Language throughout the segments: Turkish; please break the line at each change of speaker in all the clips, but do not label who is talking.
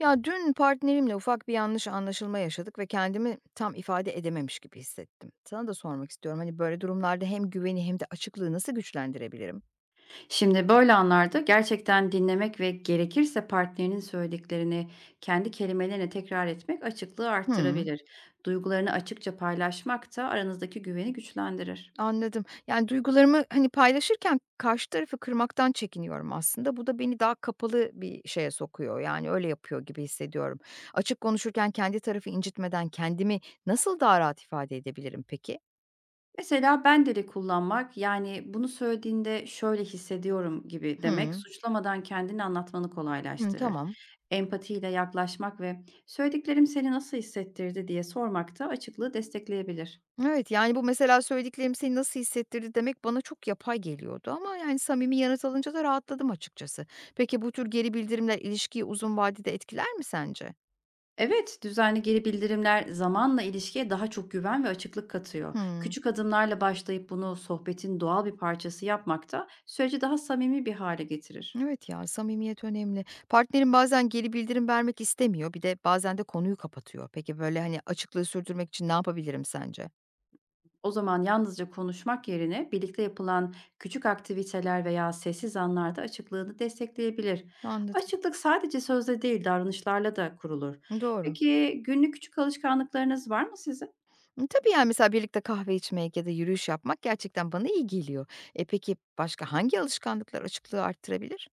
Ya dün partnerimle ufak bir yanlış anlaşılma yaşadık ve kendimi tam ifade edememiş gibi hissettim. Sana da sormak istiyorum. Hani böyle durumlarda hem güveni hem de açıklığı nasıl güçlendirebilirim?
Şimdi böyle anlarda gerçekten dinlemek ve gerekirse partnerinin söylediklerini kendi kelimelerine tekrar etmek açıklığı
Hı,
arttırabilir. Duygularını açıkça paylaşmak da aranızdaki güveni güçlendirir.
anladım. Yani duygularımı hani paylaşırken karşı tarafı kırmaktan çekiniyorum aslında. Bu da beni daha kapalı bir şeye sokuyor. Yani öyle yapıyor gibi hissediyorum. Açık konuşurken kendi tarafı incitmeden kendimi nasıl daha rahat ifade edebilirim peki?
Mesela ben dili kullanmak yani bunu söylediğinde şöyle hissediyorum gibi demek
Hı,
suçlamadan kendini anlatmanı
hı,
kolaylaştırır.
tamam.
Empatiyle yaklaşmak ve söylediklerim seni nasıl hissettirdi diye sormak da açıklığı destekleyebilir.
Evet, yani, bu mesela "Söylediklerim seni nasıl hissettirdi?" demek bana çok yapay geliyordu ama, yani, samimi yanıt alınca da rahatladım açıkçası. Peki bu tür geri bildirimler ilişkiyi uzun vadede etkiler mi sence?
Evet, düzenli geri bildirimler zamanla ilişkiye daha çok güven ve açıklık katıyor.
Hımm.
Küçük adımlarla başlayıp bunu sohbetin doğal bir parçası yapmak da süreci daha samimi bir hale getirir.
Evet ya, samimiyet önemli. Partnerim bazen geri bildirim vermek istemiyor, bir de bazen de konuyu kapatıyor. Peki, böyle, hani, açıklığı sürdürmek için ne yapabilirim sence?
O zaman yalnızca konuşmak yerine birlikte yapılan küçük aktiviteler veya sessiz anlarda açıklığını destekleyebilir.
Anladım.
Açıklık sadece sözde değil, davranışlarla da kurulur.
Doğru.
Peki günlük küçük alışkanlıklarınız var mı sizin?
Imm, tabii, yani, mesela birlikte kahve içmek ya da yürüyüş yapmak gerçekten bana iyi geliyor. E, peki başka hangi alışkanlıklar açıklığı arttırabilir?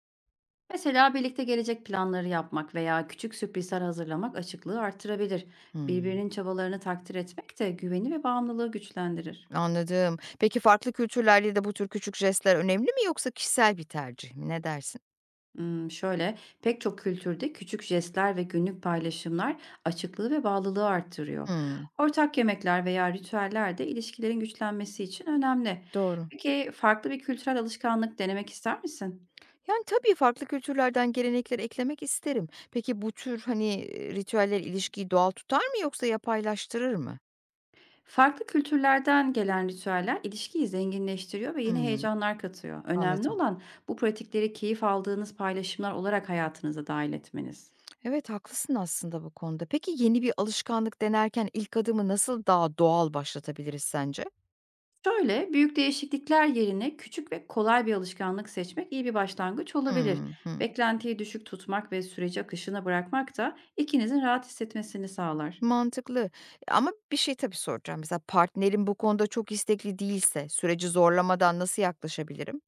Mesela birlikte gelecek planları yapmak veya küçük sürprizler hazırlamak açıklığı artırabilir.
Hımm.
Birbirinin çabalarını takdir etmek de güveni ve bağımlılığı güçlendirir.
Anladım. Peki farklı kültürlerde de bu tür küçük jestler önemli mi yoksa kişisel bir tercih mi? Ne dersin?
Pek çok kültürde küçük jestler ve günlük paylaşımlar açıklığı ve bağlılığı arttırıyor.
Hımm,
Ortak yemekler veya ritüeller de ilişkilerin güçlenmesi için önemli.
doğru.
Peki farklı bir kültürel alışkanlık denemek ister misin?
Yani, tabii farklı kültürlerden gelenekleri eklemek isterim. Peki bu tür, hani, ritüeller ilişkiyi doğal tutar mı yoksa yapaylaştırır mı?
Farklı kültürlerden gelen ritüeller ilişkiyi zenginleştiriyor ve yeni
Hımm,
heyecanlar katıyor. Önemli
anladım.
olan bu pratikleri keyif aldığınız paylaşımlar olarak hayatınıza dahil etmeniz.
Evet, haklısın aslında bu konuda. Peki yeni bir alışkanlık denerken ilk adımı nasıl daha doğal başlatabiliriz sence?
Şöyle büyük değişiklikler yerine küçük ve kolay bir alışkanlık seçmek iyi bir başlangıç olabilir.
Hımm, hı.
Beklentiyi düşük tutmak ve süreci akışına bırakmak da ikinizin rahat hissetmesini sağlar.
Mantıklı. Ama bir şey tabii soracağım. Mesela partnerim bu konuda çok istekli değilse süreci zorlamadan nasıl yaklaşabilirim?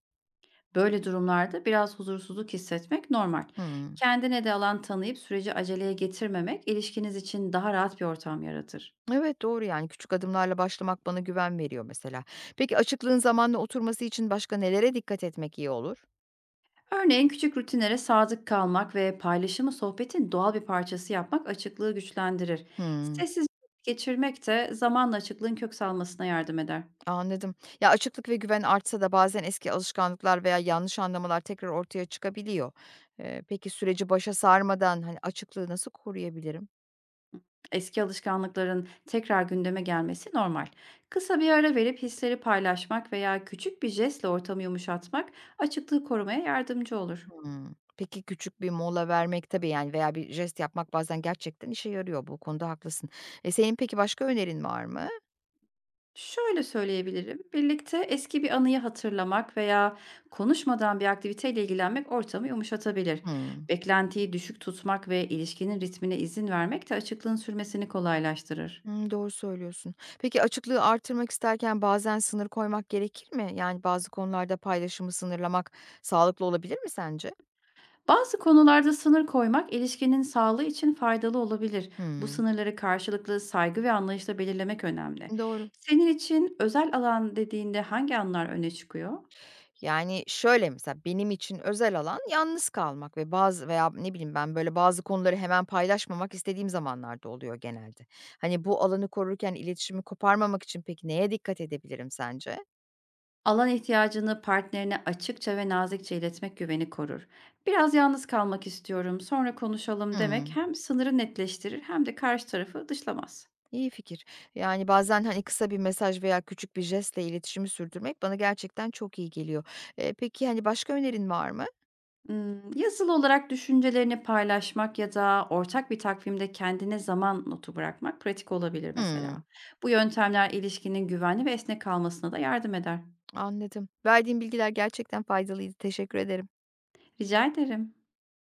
Böyle durumlarda biraz huzursuzluk hissetmek normal.
Hımm.
Kendine de alan tanıyıp süreci aceleye getirmemek ilişkiniz için daha rahat bir ortam yaratır.
Evet, doğru yani küçük adımlarla başlamak bana güven veriyor mesela. Peki açıklığın zamanla oturması için başka nelere dikkat etmek iyi olur?
Örneğin küçük rutinlere sadık kalmak ve paylaşımı sohbetin doğal bir parçası yapmak açıklığı güçlendirir.
Hımm,
Sessiz vakit geçirmek de zamanla açıklığın kök salmasına yardım eder.
anladım. Ya, açıklık ve güven artsa da bazen eski alışkanlıklar veya yanlış anlamalar tekrar ortaya çıkabiliyor. Peki süreci başa sarmadan, hani, açıklığı nasıl koruyabilirim?
Eski alışkanlıkların tekrar gündeme gelmesi normal. Kısa bir ara verip hisleri paylaşmak veya küçük bir jestle ortamı yumuşatmak açıklığı korumaya yardımcı olur.
Hımm. Peki, küçük bir mola vermek tabii, yani, veya bir jest yapmak bazen gerçekten işe yarıyor. Bu konuda haklısın. E, senin peki başka önerin var mı?
Şöyle söyleyebilirim, birlikte eski bir anıyı hatırlamak veya konuşmadan bir aktiviteyle ilgilenmek ortamı yumuşatabilir.
Hımm.
Beklentiyi düşük tutmak ve ilişkinin ritmine izin vermek de açıklığın sürmesini kolaylaştırır.
Hımm, doğru söylüyorsun. Peki, açıklığı artırmak isterken bazen sınır koymak gerekir mi? Yani, bazı konularda paylaşımı sınırlamak sağlıklı olabilir mi sence?
Bazı konularda sınır koymak ilişkinin sağlığı için faydalı olabilir. Bu
Hımm.
sınırları karşılıklı saygı ve anlayışla belirlemek önemli.
Doğru.
Senin için özel alan dediğinde hangi anlar öne çıkıyor?
Yani, şöyle mesela benim için özel alan yalnız kalmak ve bazı veya ne bileyim ben, böyle, bazı konuları hemen paylaşmamak istediğim zamanlarda oluyor genelde. Hani, bu alanı korurken iletişimi koparmamak için peki neye dikkat edebilirim sence?
Alan ihtiyacını partnerine açıkça ve nazikçe iletmek güveni korur. Biraz yalnız kalmak istiyorum, sonra konuşalım demek
Hımm,
hem sınırı netleştirir hem de karşı tarafı dışlamaz.
iyi fikir. Yani, bazen, hani, kısa bir mesaj veya küçük bir jestle iletişimi sürdürmek bana gerçekten çok iyi geliyor. Peki, hani, başka önerin var mı?
Yazılı olarak düşüncelerini paylaşmak ya da ortak bir takvimde kendine zaman notu bırakmak pratik olabilir
Hımm,
mesela. Bu yöntemler ilişkinin güvenli ve esnek kalmasına da yardım eder.
anladım. Verdiğin bilgiler gerçekten faydalıydı. Teşekkür ederim.
Rica ederim.